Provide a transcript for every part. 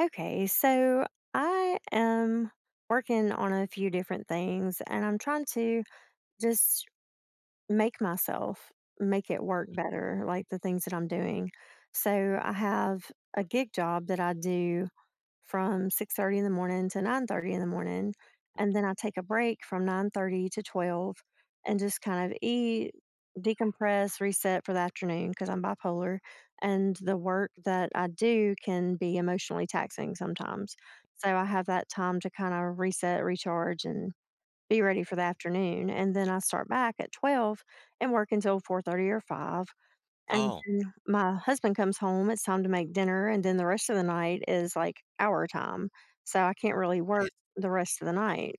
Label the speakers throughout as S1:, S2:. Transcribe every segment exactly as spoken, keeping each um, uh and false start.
S1: Okay, so I am working on a few different things and I'm trying to just make myself make it work better, like the things that I'm doing. So I have a gig job that I do from six thirty in the morning to nine thirty in the morning, and then I take a break from nine thirty to twelve and just kind of eat, decompress, reset for the afternoon because I'm bipolar and the work that I do can be emotionally taxing sometimes. So I have that time to kind of reset, recharge and be ready for the afternoon and then I start back at twelve and work until four thirty or five, and
S2: Oh,
S1: then my husband comes home, it's time to make dinner, and then the rest of the night is, like, our time, so I can't really work
S2: nice.
S1: the rest of the night.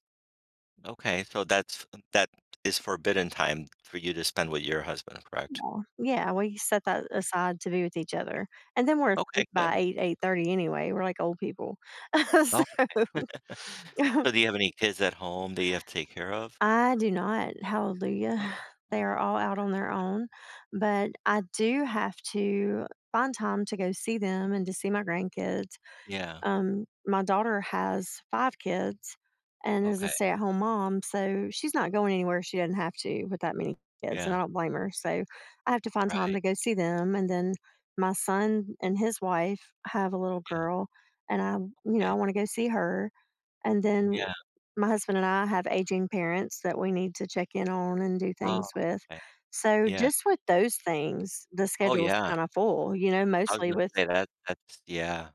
S2: Okay, so that's uh, that is forbidden time for you to spend with your husband, correct?
S1: Yeah. Yeah, we set that aside to be with each other, and then we're
S2: Okay,
S1: asleep
S2: good.
S1: by eight 8:30 anyway, we're like old people.
S2: Oh,
S1: So
S2: so do you have any kids at home that you have to take care of?
S1: I do not,
S2: Oh,
S1: hallelujah. They
S2: okay.
S1: are all out on their own, but I do have to find time to go see them and to see my grandkids.
S2: Yeah,
S1: Um, my daughter has five kids and is a
S2: okay,
S1: stay-at-home mom, so she's not going anywhere she doesn't have to with that many kids, and
S2: yeah,
S1: I don't blame her, so I have to find time
S2: right,
S1: to go see them, and then my son and his wife have a little
S2: yeah,
S1: girl, and I you know, I
S2: okay,
S1: wanna go see her, and then
S2: yeah,
S1: my husband and I have aging parents that we need to check in on and do
S2: oh,
S1: things with.
S2: okay,
S1: So,
S2: yeah.
S1: just with those things, the
S2: Oh,
S1: schedule's
S2: yeah,
S1: kinda full, you know,
S2: I was
S1: mostly
S2: gonna
S1: with
S2: say that that's yeah,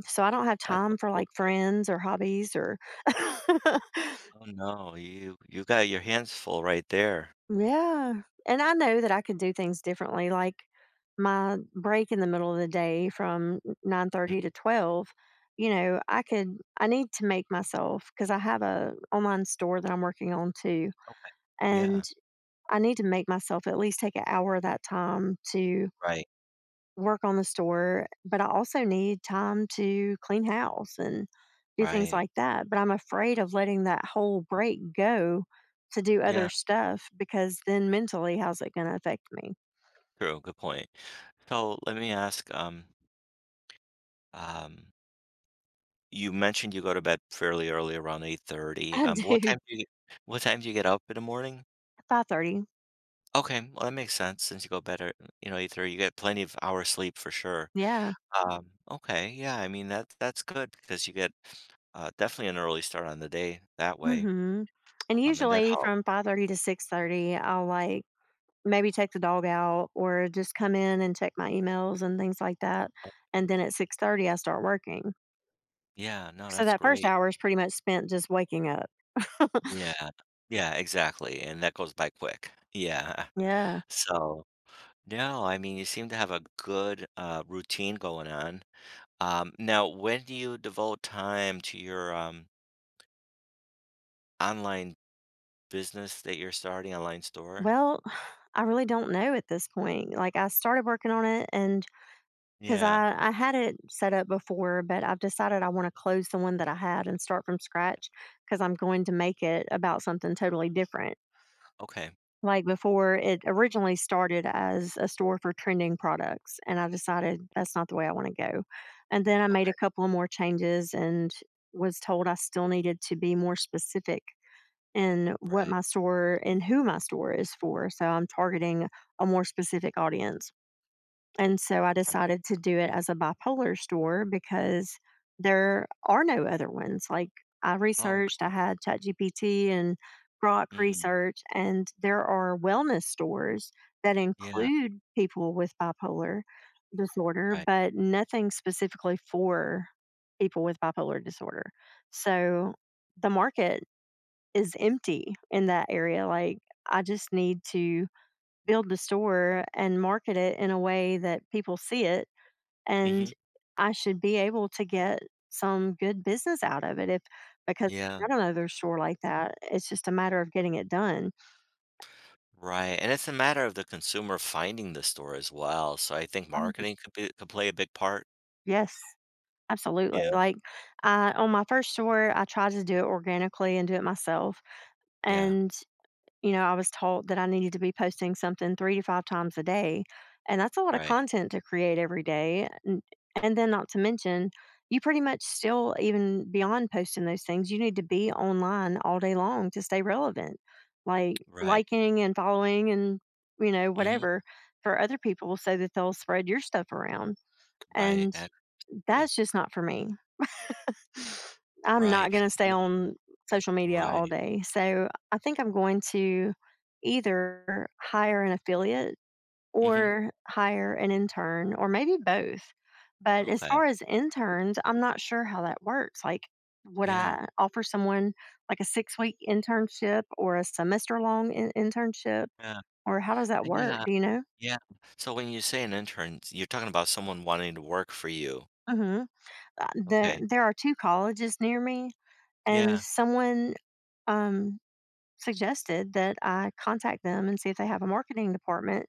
S1: so I don't have
S2: that's a
S1: time for
S2: full
S1: like
S2: schedule.
S1: friends or hobbies or
S2: Oh, no, you you got your hands full right there.
S1: Yeah. And I know that I could do things differently. Like my break in the middle of the day from
S2: Mm,
S1: nine thirty to twelve, you know, I could I need to make myself cuz I have a online store that I'm working on too. And
S2: yeah,
S1: I need to make myself at least take an hour of that time to
S2: right,
S1: work on the store, but I also need time to clean house and do things
S2: right.
S1: like that. But I'm afraid of letting that whole break go to do other
S2: Yeah,
S1: stuff because then mentally, how's it going to affect me?
S2: true, good point. So let me ask, um, um You mentioned you go to bed fairly early, around eight thirty,
S1: I
S2: um, what
S1: do
S2: time do you what time do you get up in the morning?
S1: five thirty.
S2: Okay, well, that makes sense since you go bed at, you know, eight thirty, you get plenty of hours sleep for sure,
S1: Yeah.
S2: um, okay, yeah, I mean, that that's good because you get, uh, definitely an early start on the day that way,
S1: hmm And
S2: um, and that
S1: usually
S2: helps.
S1: from five thirty to six thirty, I'll like maybe take the dog out or just come in and check my emails and things like that. And then at six thirty, I start working.
S2: Yeah, no,
S1: So
S2: that's
S1: that first
S2: great.
S1: hour is pretty much spent just waking up.
S2: Yeah. Yeah, exactly, and that goes by quick. Yeah,
S1: Yeah.
S2: so no, I mean, you seem to have a good, uh, routine going on. Um, now, when do you devote time to your um, online business that you're starting, online store?
S1: Well, I really don't know at this point. Like I started working on it and because
S2: Yeah.
S1: I, I had it set up before, but I've decided I want to close the one that I had and start from scratch because I'm going to make it about something totally different.
S2: Okay.
S1: Like before, it originally started as a store for trending products, and I decided that's not the way I want to go. And then I made
S2: Okay.
S1: a couple of more changes and was told I still needed to be more specific and what
S2: Right.
S1: my store and who my store is for. So I'm targeting a more specific audience. And so I
S2: Right.
S1: decided to do it as a bipolar store because there are no other ones. Like I
S2: Oh,
S1: researched, I
S2: okay.
S1: had ChatGPT and Grok
S2: Mm,
S1: research, and there are wellness stores that
S2: yeah.
S1: include people with bipolar disorder,
S2: Right.
S1: but nothing specifically for people with bipolar disorder. So the market is empty in that area. Like, I just need to build the store and market it in a way that people see it. And
S2: Hmm.
S1: I should be able to get some good business out of it if, because
S2: Yeah.
S1: I don't know their store like that. It's just a matter of getting it done.
S2: Right. And it's a matter of the consumer finding the store as well. So I think
S1: Um,
S2: marketing could be could play a big part.
S1: Yes, absolutely.
S2: Yeah.
S1: Like, I, on my first store, I tried to do it organically and do it myself.
S2: Yeah.
S1: And you know, I was told that I needed to be posting something three to five times a day, and that's a lot of
S2: Right.
S1: content to create every day, and and then not to mention, you pretty much still even beyond posting those things, you need to be online all day long to stay relevant. Like,
S2: Right.
S1: liking and following and, you know,
S2: Hmm.
S1: whatever for other people so that they'll spread your stuff around,
S2: Right.
S1: and
S2: Absolutely.
S1: that's just not for me. I'm not
S2: Right.
S1: gonna stay on social media all
S2: Right.
S1: day. So I think I'm going to either hire an affiliate
S2: Hmm.
S1: or hire an intern or maybe both. But as
S2: Okay.
S1: far as interns, I'm not sure how that works. Like, would
S2: Yeah.
S1: I offer someone like a six week internship or a semester long in- internship?
S2: Yeah.
S1: Or how does that
S2: Uh,
S1: work?
S2: Yeah.
S1: Do you know?
S2: Yeah. So when you say an intern, you're talking about someone wanting to work for you.
S1: hmm Uh, there,
S2: Okay.
S1: there are two colleges near me, and
S2: Yeah.
S1: someone um, suggested that I contact them and see if they have a marketing department.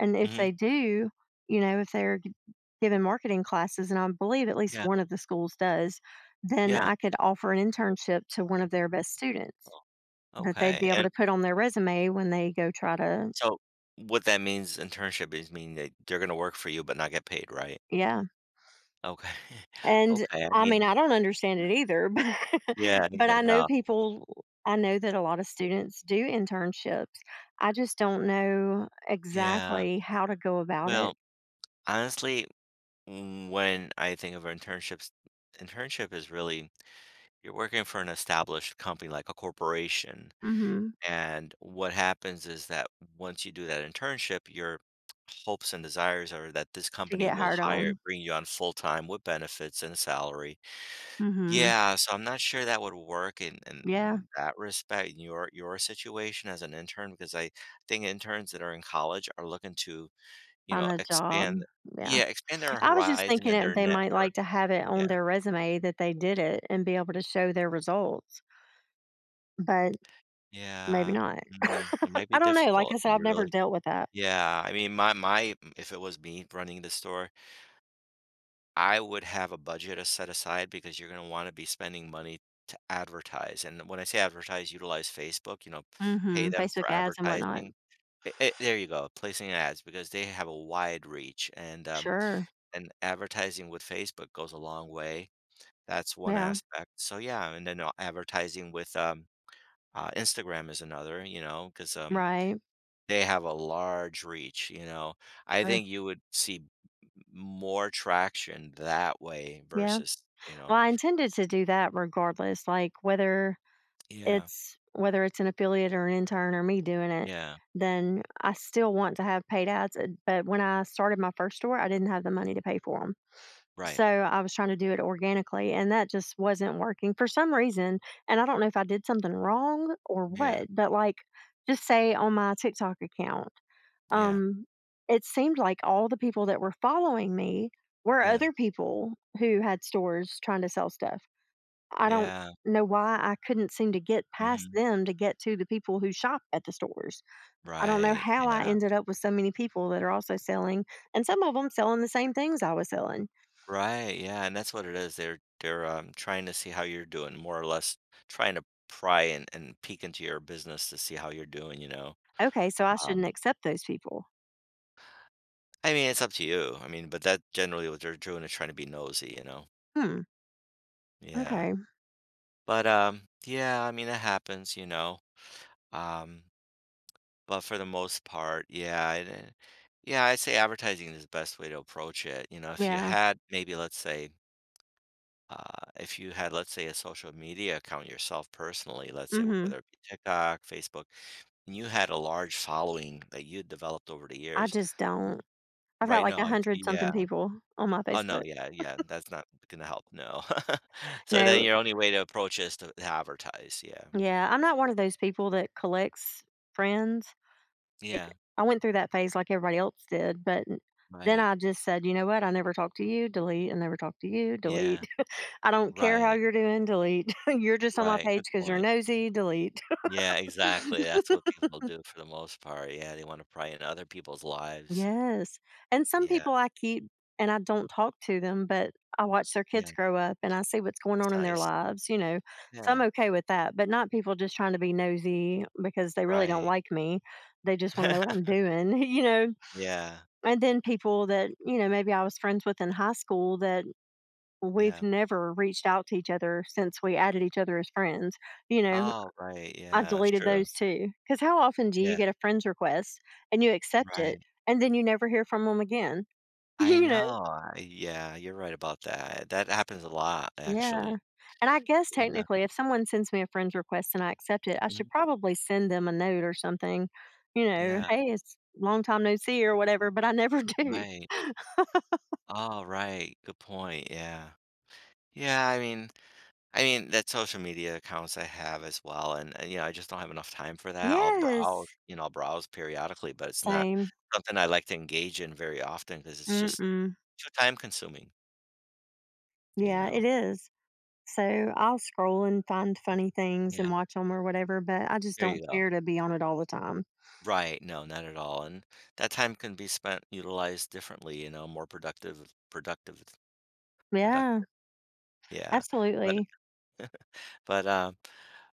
S1: And if
S2: Mhm.
S1: they do, you know, if they're g- giving marketing classes, and I believe at least
S2: Yeah.
S1: one of the schools does, then
S2: Yeah.
S1: I could offer an internship to one of their best students
S2: Oh,
S1: that they'd
S2: okay.
S1: be able
S2: And
S1: to put on their resume when they go try to,
S2: so what that means internship is mean that they're gonna work for you but not get paid, right?
S1: yeah.
S2: Okay.
S1: And
S2: Okay. I
S1: I mean,
S2: mean
S1: I don't understand it either, but,
S2: yeah, I mean,
S1: but I know
S2: I
S1: people, I know that a lot of students do internships. I just don't know
S2: Yeah.
S1: exactly how to go about it.
S2: Well, honestly, mm, when I think of internships internship is really you're working for an established company, like a corporation.
S1: Mhm.
S2: And what happens is that once you do that internship, your hopes and desires are that this
S1: To
S2: company
S1: get
S2: will
S1: hard
S2: hire,
S1: on.
S2: bring you on full time with benefits and salary.
S1: Mhm.
S2: Yeah, so I'm not sure that would work in,
S1: Yeah,
S2: in that respect in your your situation as an intern because I think interns that are in college are looking to you
S1: find
S2: know
S1: a job.
S2: expand
S1: Yeah.
S2: yeah expand their
S1: I was just
S2: horizon
S1: thinking
S2: and
S1: that
S2: their
S1: they might
S2: network.
S1: like to have it
S2: Yeah,
S1: on their resume that they did it and be able to show their results, but maybe
S2: yeah,
S1: not.
S2: mm, it might be
S1: I don't know. Like
S2: difficult.
S1: I said, I've never
S2: Really,
S1: dealt with that.
S2: yeah. I mean, my my if it was me running the store. I would have a budget a set aside because you're gonna wanna be spending money to advertise, and when I say advertise, utilize Facebook, you know, pay
S1: Mhm.
S2: them for
S1: Facebook ads and whatnot.
S2: advertising. Eh eh, there you go, placing ads because they have a wide reach, and, um,
S1: Sure.
S2: and advertising with Facebook goes a long way. That's one
S1: Yeah.
S2: aspect. So, yeah, and then, uh, advertising with, um, uh, Instagram is another, you know, because.
S1: Right.
S2: They have a large reach, you know? I
S1: Sure.
S2: think you would see m more traction that way
S1: Yeah.
S2: versus, you know
S1: Well, I intended to do that regardless, like whether
S2: Yeah,
S1: it's whether it's an affiliate or an intern or me doing it,
S2: yeah,
S1: then I still want to have paid ads. uh, But when I started my first store, I didn't have the money to pay for them.
S2: right.
S1: So I was trying to do it organically, and that just wasn't working for some reason. And I don't know if I did something wrong or
S2: Yeah,
S1: what, but like, just say on my TikTok account,
S2: yeah,
S1: um, it seemed like all the people that were following me were
S2: yeah,
S1: other people who had stores trying to sell stuff. I don't
S2: yeah,
S1: know why I couldn't seem to get past
S2: mhm,
S1: them to get to the people who shop at the stores. I don't know
S2: right,
S1: how I
S2: yeah,
S1: ended up with so many people that are also selling, and some of them selling the same things I was selling.
S2: right, yeah, and that's what it is. They're they're, um, trying to see how you're doing, more or less trying to pry and and peek into your business to see how you're doing, you know?
S1: Okay, so I shouldn't
S2: Um,
S1: accept those people.
S2: I mean, it's up to you. I mean, but that generally what they're doing is trying to be nosy, you know?
S1: Hmm.
S2: Yeah.
S1: Okay.
S2: But, um, yeah, I mean, it happens, you know, um, but for the most part, yeah, I d- yeah, I'd say advertising is the best way to approach it, you know, if you
S1: Yeah.
S2: had maybe, let's say, uh, if you had, let's say, a social media account yourself personally, let's say,
S1: Mhm.
S2: whether it be TikTok, Facebook, and you had a large following that you had developed over the
S1: I
S2: years.
S1: just don't. I've got
S2: Right,
S1: like
S2: now,
S1: a
S2: I'm
S1: hundred
S2: yeah.
S1: something people on my
S2: Oh, no,
S1: Facebook.
S2: yeah, yeah, that's not gonna help, no. So then
S1: No.
S2: your only way to approach it is to advertise, yeah.
S1: Yeah, I'm not one of those people that collects friends. Like
S2: Yeah,
S1: I went through that phase like everybody else did, but n- then
S2: right,
S1: I just said, you know what? I never talk to you. Delete. I never talk to you.
S2: yeah.
S1: Delete. I don't care how
S2: Right,
S1: you're doing. Delete. you're just on my
S2: right,
S1: page
S2: good
S1: because you're
S2: point.
S1: nosy. Delete.
S2: Yeah, exactly, that's what people do for the most part, yeah, they wanna pry into other people's lives.
S1: yes. And some
S2: Yeah,
S1: people I keep and I don't talk to them, but I watch their kids
S2: yeah,
S1: grow up and I see what's going
S2: it's
S1: on in their
S2: nice.
S1: lives, you know. So I'm
S2: Yeah,
S1: okay with that, but not people just trying to be nosy because they really don't
S2: right.
S1: like me. They just want to know what I'm doing, you know.
S2: Yeah,
S1: And then people that, you know, maybe I was friends with in high school that we've
S2: yeah.
S1: never reached out to each other since we added each other as friends. You know,
S2: Oh, right,
S1: I
S2: yeah, that's
S1: deleted
S2: true.
S1: those too. Because how often do you
S2: Yeah,
S1: get a friend's request and you accept it
S2: right.
S1: and then you never hear from them again?
S2: I
S1: you know?
S2: know, I yeah, you're right about that. That happens a lot,
S1: Yeah.
S2: actually.
S1: And I guess
S2: Yeah,
S1: technically, if someone sends me a friend's request and I accept it, I should
S2: mhm,
S1: probably send them a note or something, you know,
S2: yeah,
S1: hey, it's long time no see or whatever, but I never do.
S2: right. Oh, right, good point, yeah. Yeah, I mean I mean, that's social media accounts I have as well, and and, you know, I just don't have enough time for that. I'll browse,
S1: Yes.
S2: you know, I'll browse periodically, but it's not
S1: Same.
S2: something I like to engage in very often because it's just
S1: Mm-mm.
S2: too time consuming, you
S1: Yeah,
S2: know?
S1: it is. So I'll scroll and find funny things and
S2: Yeah,
S1: watch them or whatever, but I just
S2: there
S1: don't
S2: you go.
S1: care to be on it all the time.
S2: Right, no, not at all, and that time can be spent utilized differently, you know, more productive productive
S1: Yeah,
S2: productive. Yeah, but
S1: absolutely.
S2: but, uh,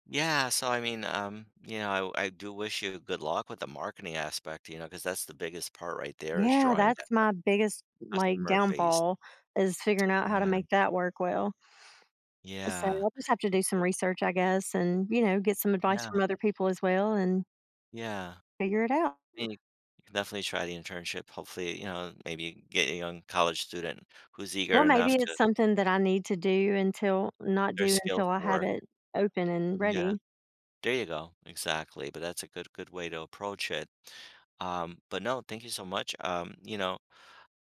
S2: yeah, so I mean, um, you know, I I do wish you good luck with the marketing aspect, you know, because that's the biggest part right there is
S1: Yeah,
S2: drawing
S1: that's my biggest like
S2: Customer based.
S1: downfall is figuring out how to
S2: Yeah,
S1: make that work well. So
S2: yeah,
S1: I'll just have to do some research, I guess, and you know, get some advice
S2: yeah,
S1: from other people as well and
S2: yeah.
S1: figure it out.
S2: I mean, you can definitely try the internship. Hopefully, you know, maybe get a young college student who's eager
S1: Well, maybe
S2: enough to
S1: it's something that I need to do until not
S2: their
S1: do
S2: skills
S1: until I
S2: to
S1: have
S2: work.
S1: it open and
S2: Yeah,
S1: ready.
S2: there you go. Exactly. But that's a good good way to approach it. Um, but no, thank you so much. Um, you know,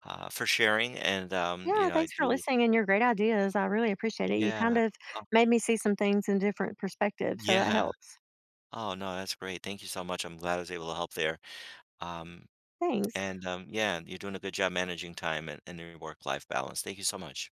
S2: uh, for sharing and um, you
S1: Yeah,
S2: know, I
S1: thanks for
S2: do.
S1: listening and your great ideas. I really appreciate it. You kind
S2: Yeah.
S1: of
S2: Oh,
S1: made me see some things in different perspectives, so that
S2: yeah.
S1: helps.
S2: Oh no, that's great. Thank you so much. I'm glad I was able to help there. Um,
S1: Thanks.
S2: And, um, yeah, you're doing a good job managing time and and your work-life balance. Thank you so much.